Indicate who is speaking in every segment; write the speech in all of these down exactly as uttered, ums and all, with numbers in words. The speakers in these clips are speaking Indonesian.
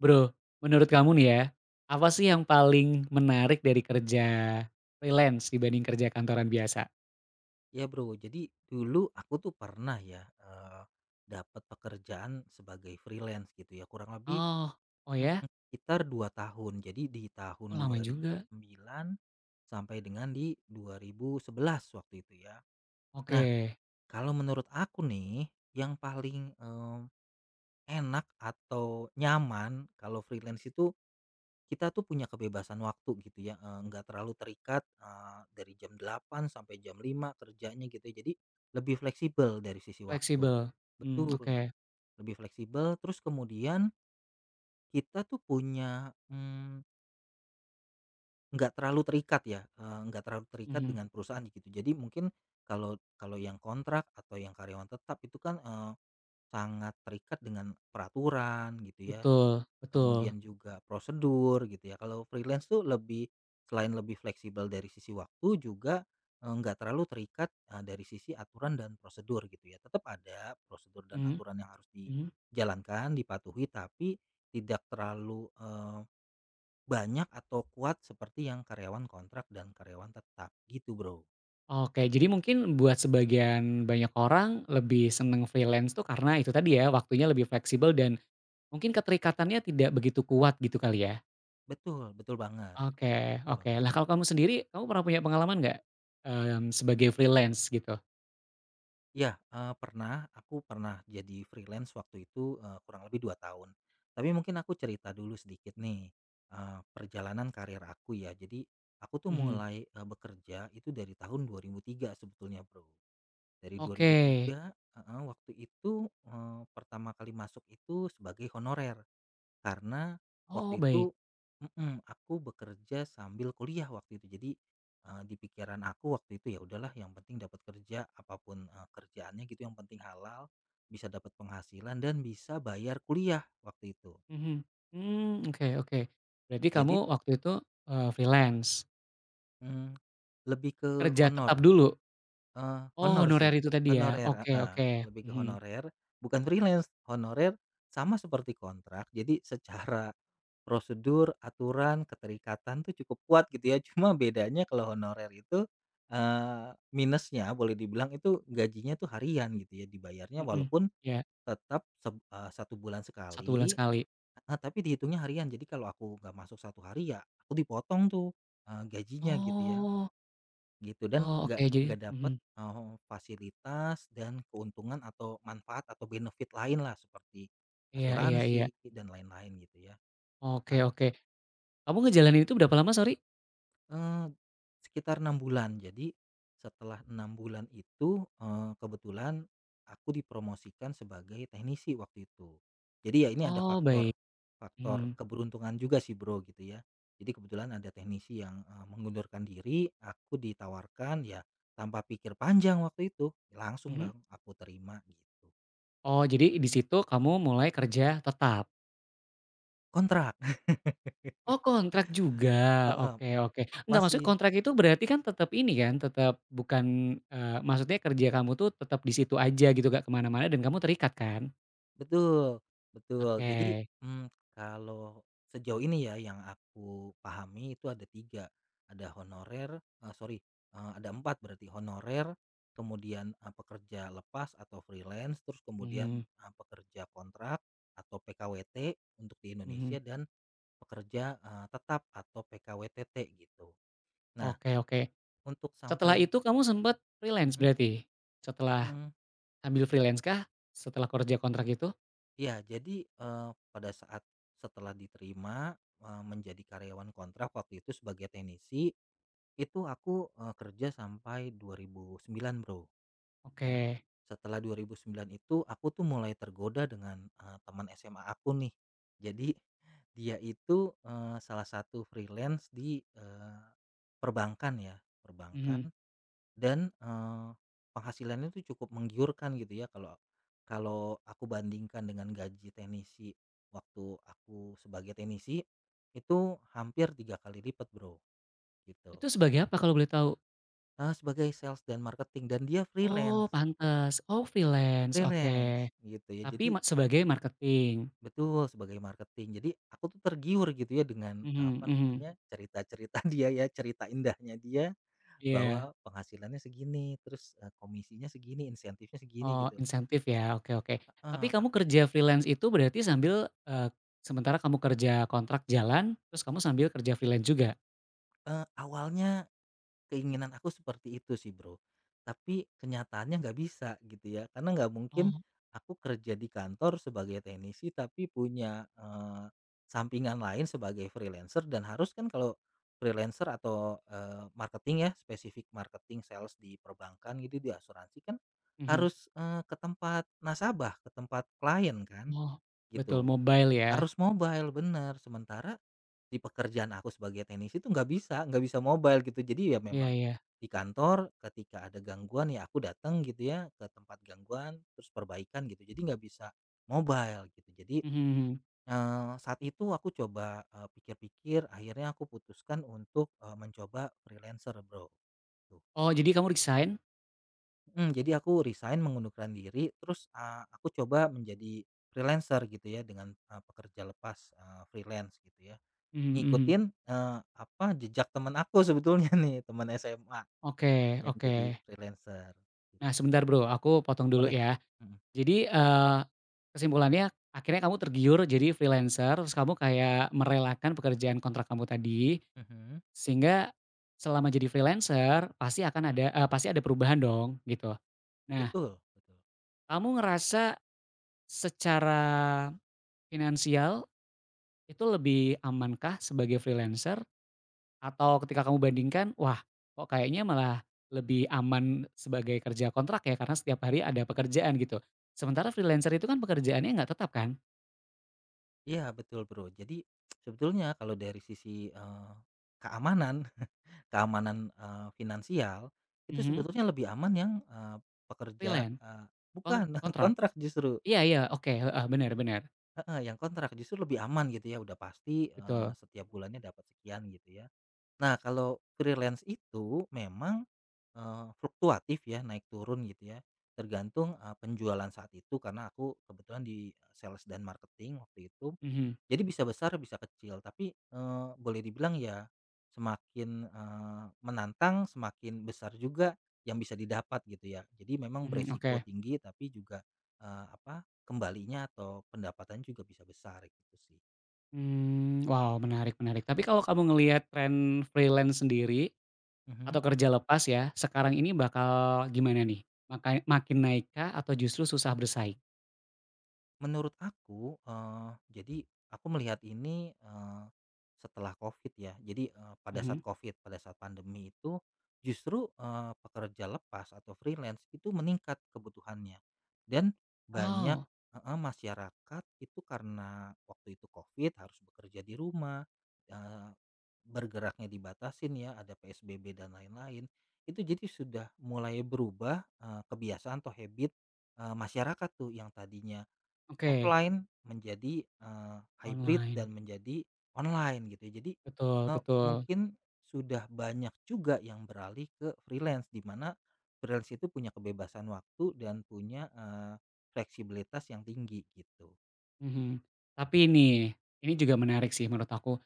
Speaker 1: Bro, menurut kamu nih ya, apa sih yang paling menarik dari kerja freelance dibanding kerja kantoran biasa?
Speaker 2: Ya, Bro, jadi dulu aku tuh pernah ya, eee, dapat pekerjaan sebagai freelance gitu ya, kurang lebih
Speaker 1: Oh, oh ya?
Speaker 2: Mhm. sekitar dua tahun. Jadi di tahun
Speaker 1: Oh lama juga.
Speaker 2: dua ribu sembilan sampai dengan di dua ribu sebelas waktu itu ya.
Speaker 1: Oke,
Speaker 2: Nah, kalau menurut aku nih, yang paling, eee, enak atau nyaman kalau freelance itu kita tuh punya kebebasan waktu gitu ya, eee, nggak terlalu terikat, eee, dari jam delapan sampai jam lima kerjanya gitu ya, jadi lebih fleksibel dari sisi waktu.
Speaker 1: fleksibel. Mmm,
Speaker 2: Betul,
Speaker 1: oke.
Speaker 2: lebih fleksibel terus kemudian kita tuh punya, mmm, nggak terlalu terikat ya, eee, nggak terlalu terikat
Speaker 1: Mhm,
Speaker 2: dengan perusahaan gitu. Jadi mungkin kalau kalau yang kontrak atau yang karyawan tetap itu kan, eee, sangat terikat dengan peraturan gitu ya.
Speaker 1: betul betul.
Speaker 2: Kemudian juga prosedur gitu ya. Kalau freelance tuh lebih selain lebih fleksibel dari sisi waktu juga eh, nggak terlalu terikat eh, dari sisi aturan dan prosedur gitu ya. Tetap ada prosedur dan
Speaker 1: Mhm
Speaker 2: aturan yang harus
Speaker 1: mhm.
Speaker 2: dijalankan, dipatuhi, tapi tidak terlalu eh, banyak atau kuat seperti yang karyawan kontrak dan karyawan tetap gitu, Bro.
Speaker 1: Oke, jadi mungkin buat sebagian banyak orang lebih seneng freelance tuh karena itu tadi ya, waktunya lebih fleksibel dan mungkin keterikatannya tidak begitu kuat gitu kali ya?
Speaker 2: Betul, betul banget.
Speaker 1: Oke
Speaker 2: Betul
Speaker 1: oke.
Speaker 2: banget.
Speaker 1: Lah kalau kamu sendiri, kamu pernah punya pengalaman nggak, mmm, sebagai freelance gitu?
Speaker 2: Ya, eee, pernah, aku pernah jadi freelance waktu itu, eee, kurang lebih dua tahun. Tapi mungkin aku cerita dulu sedikit nih, eee, perjalanan karir aku ya. Jadi aku tuh
Speaker 1: Mhm.
Speaker 2: mulai, eee, bekerja itu dari tahun dua ribu tiga sebetulnya, Bro. Dari
Speaker 1: Oke.
Speaker 2: dua ribu tiga heeh, waktu itu, eee, pertama kali masuk itu sebagai honorer. Karena
Speaker 1: Oh
Speaker 2: waktu
Speaker 1: baik.
Speaker 2: itu mhm, aku bekerja sambil kuliah waktu itu. Jadi, eee, di pikiran aku waktu itu, ya udahlah yang penting dapat kerja, apapun pun kerjaannya gitu, yang penting halal, bisa dapat penghasilan dan bisa bayar kuliah waktu itu.
Speaker 1: Mhm. Mmm, oke oke. Berarti kamu
Speaker 2: Jadi,
Speaker 1: waktu itu, eee, freelance,
Speaker 2: mmm, lebih ke
Speaker 1: kerja tetap
Speaker 2: honor,
Speaker 1: dulu?
Speaker 2: eee,
Speaker 1: Oh
Speaker 2: honor sih,
Speaker 1: honorer itu tadi ya?
Speaker 2: honorer
Speaker 1: Oke
Speaker 2: heeh,
Speaker 1: oke.
Speaker 2: lebih ke
Speaker 1: Mhm.
Speaker 2: honorer, bukan freelance, honorer sama seperti kontrak. Jadi secara prosedur, aturan, keterikatan tuh cukup kuat gitu ya. Cuma bedanya kalau honorer itu, eee, minusnya boleh dibilang itu gajinya tuh harian gitu ya, dibayarnya
Speaker 1: Mhm.
Speaker 2: walaupun
Speaker 1: Iya,
Speaker 2: tetap seb eee, satu bulan
Speaker 1: satu bulan
Speaker 2: sekali
Speaker 1: sekali.
Speaker 2: heeh, tapi dihitungnya harian. Jadi kalau aku nggak masuk satu hari ya aku dipotong tuh, eee, gajinya gitu ya,
Speaker 1: Oh.
Speaker 2: gitu. Dan
Speaker 1: Oh oke
Speaker 2: nggak
Speaker 1: jadi
Speaker 2: nggak
Speaker 1: mhm.
Speaker 2: dapet, eee, fasilitas dan keuntungan atau manfaat atau benefit lain lah seperti
Speaker 1: Iya iya
Speaker 2: asuransi
Speaker 1: iya.
Speaker 2: dan lain-lain gitu ya.
Speaker 1: Oke
Speaker 2: Nah,
Speaker 1: oke. Kamu ngejalanin itu berapa lama sorry?
Speaker 2: Eee, sekitar enam bulan. Jadi setelah enam bulan itu, eee, kebetulan aku dipromosikan sebagai teknisi waktu itu. Jadi ya ini ada
Speaker 1: Oh
Speaker 2: faktor
Speaker 1: baik.
Speaker 2: faktor
Speaker 1: Mhm.
Speaker 2: keberuntungan juga sih, Bro, gitu ya. Jadi kebetulan ada teknisi yang, eee, mengundurkan diri, aku ditawarkan ya, tanpa pikir panjang waktu itu, langsung
Speaker 1: Mhm.
Speaker 2: lah aku terima gitu.
Speaker 1: Oh, jadi di situ kamu mulai kerja tetap?
Speaker 2: Kontrak,
Speaker 1: Oh, kontrak juga,
Speaker 2: heeh,
Speaker 1: oke oke. Enggak, maksudnya
Speaker 2: masih
Speaker 1: kontrak itu berarti kan tetap ini kan, tetap bukan, eee, maksudnya kerja kamu tuh tetap di situ aja gitu, gak kemana-mana dan kamu terikat kan?
Speaker 2: betul betul. Jadi,
Speaker 1: Oke,
Speaker 2: mmm, kalau sejauh ini ya yang aku pahami itu ada tiga, ada honorer eee, sorry, eee, ada empat berarti honorer, kemudian, eee, pekerja lepas atau freelance, terus kemudian,
Speaker 1: mhm
Speaker 2: eee, pekerja kontrak atau P K W T untuk di
Speaker 1: mhm,
Speaker 2: Indonesia, dan pekerja, eee, tetap atau P K W T T gitu. Nah,
Speaker 1: oke oke.
Speaker 2: untuk
Speaker 1: Setelah
Speaker 2: sampai
Speaker 1: itu kamu sempat freelance
Speaker 2: mhm,
Speaker 1: berarti? Setelah
Speaker 2: mmm.
Speaker 1: ambil freelance kah? Setelah kerja kontrak itu?
Speaker 2: Iya, jadi, eee, pada saat setelah diterima, eee, menjadi karyawan kontrak waktu itu sebagai teknisi, itu aku, eee, kerja sampai dua ribu sembilan, Bro, ya.
Speaker 1: Oke,
Speaker 2: Setelah dua ribu sembilan itu aku tuh mulai tergoda dengan, eee, teman S M A aku nih. Jadi dia itu, eee, salah satu freelance di, eee, perbankan ya, perbankan.
Speaker 1: mhm.
Speaker 2: Dan, eee, penghasilannya itu cukup menggiurkan gitu ya, kalau kalau aku bandingkan dengan gaji teknisi waktu aku sebagai teknisi, itu hampir tiga kali lipat, Bro, gitu.
Speaker 1: Itu sebagai apa kalau boleh tahu?
Speaker 2: Eee, sebagai sales dan marketing, dan dia Mhm. freelance,
Speaker 1: Oh, pantas. Oh, freelance, oke.
Speaker 2: freelance gitu ya.
Speaker 1: Tapi
Speaker 2: Jadi
Speaker 1: ma sebagai marketing?
Speaker 2: betul sebagai marketing. Jadi aku tuh tergiur gitu ya dengan,
Speaker 1: Mhm
Speaker 2: apa
Speaker 1: mhm,
Speaker 2: namanya, cerita-cerita dia ya, cerita indahnya dia
Speaker 1: iya.
Speaker 2: bahwa penghasilannya segini, terus, eee, komisinya segini, insentifnya segini
Speaker 1: Oh,
Speaker 2: gitu.
Speaker 1: insentif ya, oke oke. Tapi kamu kerja freelance itu berarti sambil, eee, sementara kamu kerja kontrak jalan, terus kamu sambil kerja freelance juga?
Speaker 2: Eee, awalnya keinginan aku seperti itu sih, Bro. Tapi kenyataannya nggak bisa gitu ya, karena nggak mungkin
Speaker 1: Oh,
Speaker 2: aku kerja di kantor sebagai teknisi tapi punya, eee, sampingan lain sebagai freelancer, dan harus kan kalau freelancer atau, eee, marketing ya, spesifik marketing, sales di perbankan gitu, di asuransi kan
Speaker 1: mhm.
Speaker 2: harus, eee, ke tempat nasabah, ke tempat klien kan,
Speaker 1: Oh, betul,
Speaker 2: gitu.
Speaker 1: mobile ya?
Speaker 2: Harus mobile, bener. Sementara di pekerjaan aku sebagai teknisi itu nggak bisa nggak bisa mobile gitu. Jadi ya
Speaker 1: Iya
Speaker 2: memang
Speaker 1: iya.
Speaker 2: di kantor ketika ada gangguan ya aku datang gitu ya ke tempat gangguan terus perbaikan gitu. Jadi nggak bisa mobile gitu. Jadi
Speaker 1: Mhm mhm.
Speaker 2: eh, saat itu aku coba eh, pikir-pikir, akhirnya aku putuskan untuk eh, mencoba freelancer, Bro. Tuh.
Speaker 1: Oh, jadi kamu resign?
Speaker 2: Mm, jadi aku resign mengundurkan diri, terus ah, aku coba menjadi freelancer gitu ya dengan ah, pekerja lepas, ah, freelance gitu ya.
Speaker 1: Mhm mhm.
Speaker 2: Ngikutin, eee, apa, jejak teman aku sebetulnya nih, temen S M A
Speaker 1: Oke
Speaker 2: yang
Speaker 1: oke.
Speaker 2: jadi freelancer,
Speaker 1: Nah,
Speaker 2: gitu.
Speaker 1: sebentar Bro, aku potong dulu
Speaker 2: Boleh?
Speaker 1: ya.
Speaker 2: Mhm,
Speaker 1: Jadi, eee, kesimpulannya akhirnya kamu tergiur jadi freelancer, terus kamu kayak merelakan pekerjaan kontrak kamu tadi.
Speaker 2: mhm,
Speaker 1: Sehingga selama jadi freelancer pasti akan ada eee, pasti ada perubahan dong gitu. Nah,
Speaker 2: betul betul.
Speaker 1: kamu ngerasa secara finansial itu lebih amankah sebagai freelancer atau ketika kamu bandingkan, wah kok kayaknya malah lebih aman sebagai kerja kontrak ya karena setiap hari ada pekerjaan gitu. Sementara freelancer itu kan pekerjaannya nggak tetap kan?
Speaker 2: Iya, betul, Bro. Jadi sebetulnya kalau dari sisi, eee, keamanan keamanan, eee, finansial, itu
Speaker 1: Mhm,
Speaker 2: sebetulnya lebih aman yang, eee, pekerja,
Speaker 1: freelance,
Speaker 2: eee
Speaker 1: kon
Speaker 2: bukan,
Speaker 1: kontrak.
Speaker 2: kontrak justru.
Speaker 1: Iya iya, oke, heeh, bener bener,
Speaker 2: Heeh, yang kontrak justru lebih aman gitu ya, udah pasti, eee,
Speaker 1: betul.
Speaker 2: setiap bulannya dapat sekian gitu ya. Nah, kalau freelance itu memang, eee, fluktuatif ya, naik turun gitu ya, tergantung, eee, penjualan saat itu karena aku kebetulan di eh, sales dan marketing waktu itu.
Speaker 1: Mhm,
Speaker 2: Jadi bisa besar bisa kecil, tapi, eee, boleh dibilang ya semakin, eee, menantang semakin besar juga yang bisa didapat gitu ya. Jadi memang
Speaker 1: mhm,
Speaker 2: beresiko
Speaker 1: oke.
Speaker 2: tinggi, tapi juga, eee, apa, kembalinya atau pendapatan juga bisa besar gitu sih.
Speaker 1: Mmm, wow, menarik menarik. Tapi kalau kamu ngelihat tren freelance sendiri atau
Speaker 2: Mhm.
Speaker 1: kerja lepas ya, sekarang ini bakal gimana nih? Maka makin naik kah atau justru susah bersaing?
Speaker 2: Menurut aku, eee, jadi aku melihat ini, eee, setelah Covid ya. Jadi, eee, pada
Speaker 1: Mhm.
Speaker 2: saat Covid, pada saat pandemi itu justru, eee, pekerja lepas atau freelance itu meningkat kebutuhannya, dan banyak
Speaker 1: Oh,
Speaker 2: heeh, masyarakat itu karena waktu itu Covid harus bekerja di rumah, eee, bergeraknya dibatasin ya, ada P S B B dan lain-lain. Itu jadi sudah mulai berubah, eee, kebiasaan atau habit, eee, masyarakat tuh yang tadinya
Speaker 1: oke,
Speaker 2: offline menjadi, eee, hybrid
Speaker 1: online.
Speaker 2: dan menjadi online gitu ya. Jadi,
Speaker 1: Betul
Speaker 2: eee,
Speaker 1: betul,
Speaker 2: mungkin sudah banyak juga yang beralih ke freelance, di mana freelance itu punya kebebasan waktu dan punya, eee, fleksibilitas yang tinggi gitu.
Speaker 1: mhm. Tapi nih, ini juga menarik sih menurut aku.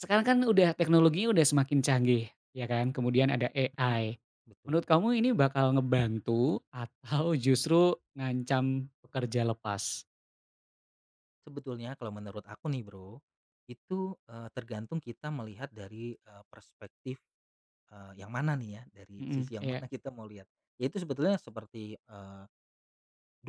Speaker 1: Sekarang kan udah teknologinya udah semakin canggih, ya kan? Kemudian ada
Speaker 2: Mhm,
Speaker 1: A I.
Speaker 2: betul.
Speaker 1: Menurut kamu ini bakal ngebantu atau justru ngancam pekerja lepas?
Speaker 2: Sebetulnya kalau menurut aku nih, Bro, itu, eee, tergantung kita melihat dari, eee, perspektif, eee, yang mana nih ya, dari
Speaker 1: Mhm,
Speaker 2: sisi yang
Speaker 1: iya.
Speaker 2: mana kita mau lihat. Ya itu sebetulnya seperti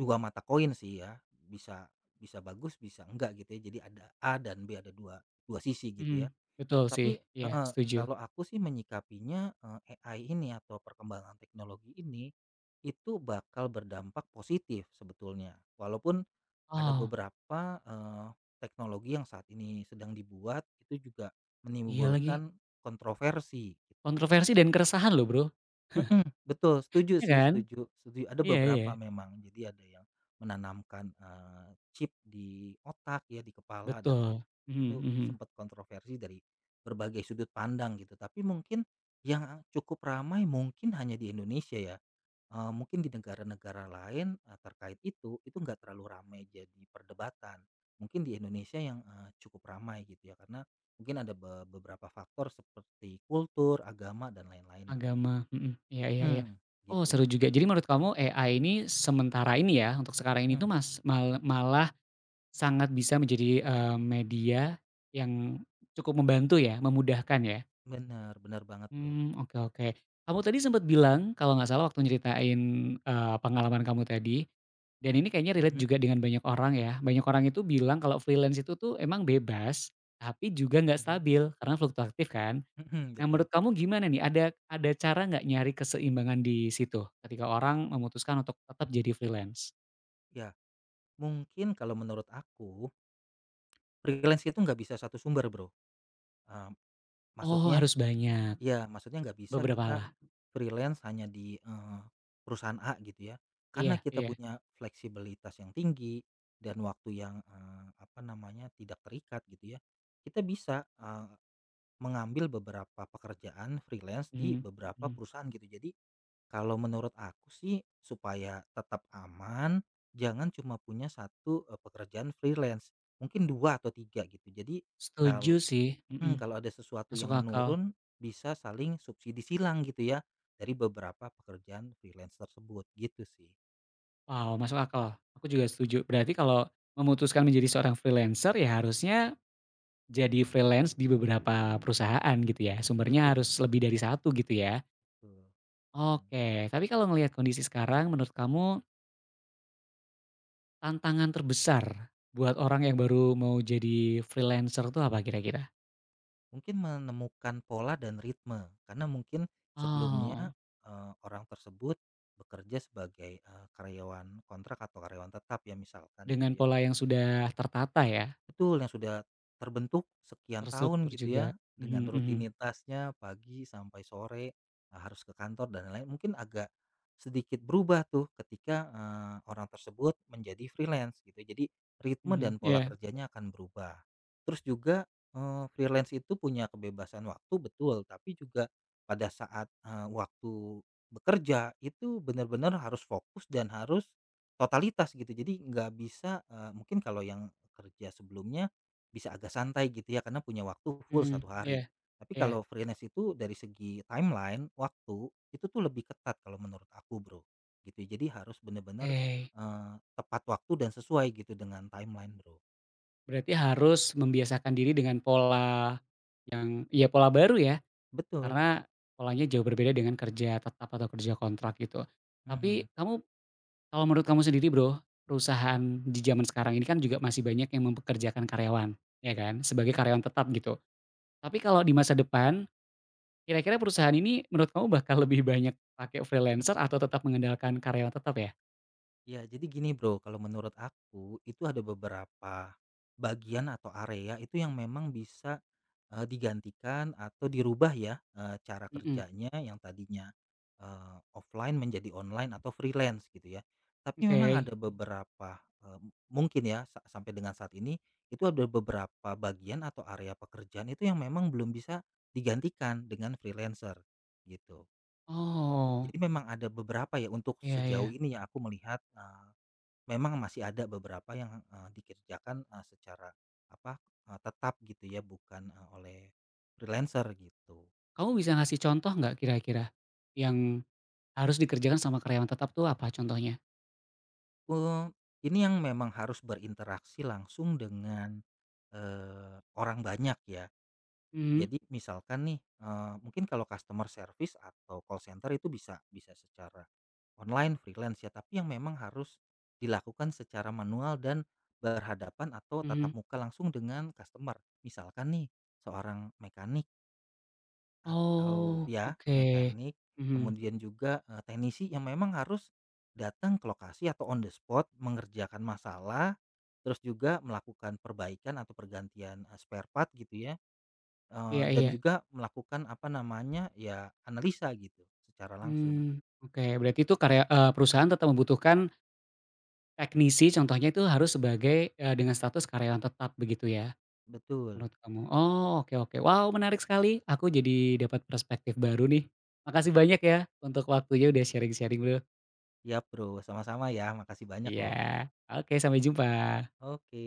Speaker 2: dua mata koin sih ya, bisa bisa bagus bisa enggak gitu ya. Jadi ada A dan B, ada dua dua sisi
Speaker 1: Mhm,
Speaker 2: gitu ya.
Speaker 1: betul sih,
Speaker 2: Tapi
Speaker 1: iya
Speaker 2: heeh,
Speaker 1: setuju.
Speaker 2: kalau aku sih menyikapinya, eee, A I ini atau perkembangan teknologi ini, itu bakal berdampak positif sebetulnya. Walaupun ada
Speaker 1: Oh,
Speaker 2: beberapa, eee, teknologi yang saat ini sedang dibuat, itu juga
Speaker 1: iya lagi,
Speaker 2: menimbulkan kontroversi gitu.
Speaker 1: kontroversi dan keresahan loh Bro,
Speaker 2: Mhm, betul setuju
Speaker 1: iya
Speaker 2: sih,
Speaker 1: kan?
Speaker 2: setuju, setuju. Ada
Speaker 1: Iya iya,
Speaker 2: beberapa memang, jadi ada yang menanamkan, eee, chip di otak ya, di kepala dan lain,
Speaker 1: betul, mhm
Speaker 2: itu
Speaker 1: mhm,
Speaker 2: sempat kontroversi dari berbagai sudut pandang gitu. Tapi mungkin yang cukup ramai mungkin hanya di Indonesia ya, eee, mungkin di negara-negara lain, eee, terkait itu, itu nggak terlalu ramai jadi perdebatan. Mungkin di Indonesia yang, eee, cukup ramai gitu ya, karena mungkin ada be beberapa faktor seperti kultur, agama, dan lain-lain gitu ya.
Speaker 1: agama, mhm, iya iya iya.
Speaker 2: Mhm.
Speaker 1: Oh
Speaker 2: Gitu
Speaker 1: seru
Speaker 2: sih.
Speaker 1: juga, jadi menurut kamu A I ini sementara ini ya, untuk sekarang ini
Speaker 2: Mhm.
Speaker 1: tuh mas mal malah sangat bisa menjadi, eee, media yang cukup membantu ya, memudahkan ya?
Speaker 2: Benar, bener banget, Bro.
Speaker 1: Hmm oke oke. Kamu tadi sempat bilang kalau nggak salah waktu nyeritain, eee, pengalaman kamu tadi, dan ini kayaknya relate
Speaker 2: Mhm,
Speaker 1: juga dengan banyak orang ya. Banyak orang itu bilang kalau freelance itu tuh emang bebas, tapi juga nggak
Speaker 2: mhm,
Speaker 1: stabil karena fluktuatif kan.
Speaker 2: mhm,
Speaker 1: Nah
Speaker 2: betul.
Speaker 1: menurut kamu gimana nih, ada ada cara nggak nyari keseimbangan di situ ketika orang memutuskan untuk tetap jadi freelance?
Speaker 2: Ya, mungkin kalau menurut aku, freelance itu nggak bisa satu sumber, Bro. Eee,
Speaker 1: Oh
Speaker 2: Maksudnya
Speaker 1: harus banyak,
Speaker 2: ya maksudnya nggak bisa
Speaker 1: beberapa
Speaker 2: kita
Speaker 1: lah.
Speaker 2: freelance hanya di, eee, perusahaan A gitu ya. Karena
Speaker 1: Iya
Speaker 2: kita
Speaker 1: iya.
Speaker 2: punya fleksibilitas yang tinggi dan waktu yang, eee, apa namanya, tidak terikat gitu ya. Kita bisa, eee, mengambil beberapa pekerjaan freelance di
Speaker 1: Mhm
Speaker 2: beberapa
Speaker 1: mhm.
Speaker 2: perusahaan gitu. Jadi kalau menurut aku sih supaya tetap aman, jangan cuma punya satu eee, pekerjaan freelance, mungkin dua atau tiga gitu. Jadi
Speaker 1: Setuju
Speaker 2: kalau
Speaker 1: sih, mhm,
Speaker 2: kalau ada sesuatu
Speaker 1: masuk
Speaker 2: yang
Speaker 1: akal.
Speaker 2: menurun bisa saling subsidi silang gitu ya, dari beberapa pekerjaan freelance tersebut, gitu sih.
Speaker 1: Wow, masuk akal. Aku juga setuju. Berarti kalau memutuskan menjadi seorang freelancer ya harusnya jadi freelance di beberapa perusahaan gitu ya. Sumbernya harus
Speaker 2: Betul
Speaker 1: lebih dari satu gitu ya.
Speaker 2: betul, mhm.
Speaker 1: Oke, tapi kalau ngelihat kondisi sekarang menurut kamu tantangan terbesar buat orang yang baru mau jadi freelancer tuh apa kira-kira?
Speaker 2: Mungkin menemukan pola dan ritme, karena mungkin sebelumnya,
Speaker 1: Oh,
Speaker 2: eee, orang tersebut bekerja sebagai, eee, karyawan kontrak atau karyawan tetap ya misalkan
Speaker 1: dengan
Speaker 2: gitu ya.
Speaker 1: pola yang sudah tertata ya,
Speaker 2: Betul, yang sudah terbentuk sekian tahun
Speaker 1: terstruktur
Speaker 2: gitu
Speaker 1: juga.
Speaker 2: ya, dengan
Speaker 1: Mhm mhm,
Speaker 2: rutinitasnya pagi sampai sore, eee, harus ke kantor dan lain-lain, mungkin agak sedikit berubah tuh ketika, eee, orang tersebut menjadi freelance gitu. Jadi ritme
Speaker 1: mhm,
Speaker 2: dan pola
Speaker 1: iya,
Speaker 2: kerjanya akan berubah. Terus juga, eee, freelance itu punya kebebasan waktu betul, tapi juga pada saat, eee, waktu bekerja itu benar-benar harus fokus dan harus totalitas gitu, jadi nggak bisa, eee, mungkin kalau yang kerja sebelumnya bisa agak santai gitu ya karena punya waktu full
Speaker 1: mhm,
Speaker 2: satu
Speaker 1: iya,
Speaker 2: hari. Tapi
Speaker 1: iya,
Speaker 2: kalau freelance itu dari segi timeline, waktu, itu tuh lebih ketat kalau menurut aku, Bro, gitu. Jadi harus bener-bener,
Speaker 1: oke.
Speaker 2: eee, tepat waktu dan sesuai gitu dengan timeline, Bro.
Speaker 1: Berarti harus membiasakan diri dengan pola yang ya pola baru ya,
Speaker 2: Betul,
Speaker 1: karena polanya jauh berbeda dengan kerja tetap atau kerja kontrak gitu.
Speaker 2: mhm.
Speaker 1: Tapi kamu kalau menurut kamu sendiri Bro, perusahaan di zaman sekarang ini kan juga masih banyak yang mempekerjakan karyawan, ya kan? Sebagai karyawan tetap gitu. Tapi kalau di masa depan, kira-kira perusahaan ini menurut kamu bakal lebih banyak pakai freelancer atau tetap mengandalkan karyawan tetap ya?
Speaker 2: Ya, jadi gini, Bro, kalau menurut aku itu ada beberapa bagian atau area itu yang memang bisa, eee, digantikan atau dirubah ya, eee, cara
Speaker 1: Mhm,
Speaker 2: kerjanya yang tadinya, eee, offline menjadi online atau freelance gitu ya. Tapi memang
Speaker 1: oke.
Speaker 2: ada beberapa, eee, mungkin ya sa sampai dengan saat ini itu ada beberapa bagian atau area pekerjaan itu yang memang belum bisa digantikan dengan freelancer gitu.
Speaker 1: Oh,
Speaker 2: Jadi memang ada beberapa ya untuk
Speaker 1: iya iya.
Speaker 2: sejauh ini yang aku melihat, memang masih ada beberapa yang, eee, dikerjakan, eee, secara apa, eee, tetap gitu ya, bukan, eee, oleh freelancer gitu.
Speaker 1: Kamu bisa ngasih contoh nggak kira-kira? Yang harus dikerjakan sama karyawan tetap tuh apa contohnya?
Speaker 2: Eee, ini yang memang harus berinteraksi langsung dengan, eee, orang banyak ya.
Speaker 1: Mhm
Speaker 2: Jadi misalkan nih, eee, mungkin kalau customer service atau call center itu bisa bisa secara online freelance ya, tapi yang memang harus dilakukan secara manual dan berhadapan atau tatap
Speaker 1: mhm.
Speaker 2: muka langsung dengan customer. Misalkan nih, seorang mekanik, atau
Speaker 1: Oh,
Speaker 2: ya
Speaker 1: oke.
Speaker 2: mekanik,
Speaker 1: Mhm.
Speaker 2: kemudian juga, eee, teknisi yang memang harus datang ke lokasi atau on the spot mengerjakan masalah, terus juga melakukan perbaikan atau pergantian, eee, spare part gitu ya, eee,
Speaker 1: Iya
Speaker 2: dan
Speaker 1: iya.
Speaker 2: juga melakukan apa namanya, ya analisa gitu secara langsung.
Speaker 1: Mmm, oke. Berarti itu karya eee, perusahaan tetap membutuhkan teknisi contohnya itu harus sebagai, eee, dengan status karyawan tetap begitu ya,
Speaker 2: Betul.
Speaker 1: menurut kamu? Oh, oke oke. Wow, menarik sekali. Aku jadi dapat perspektif baru nih. Makasih banyak ya untuk waktunya udah sharing-sharing loh.
Speaker 2: Ya, Bro, sama-sama ya, makasih banyak
Speaker 1: Iya.
Speaker 2: loh.
Speaker 1: Oke, sampai jumpa.
Speaker 2: Oke.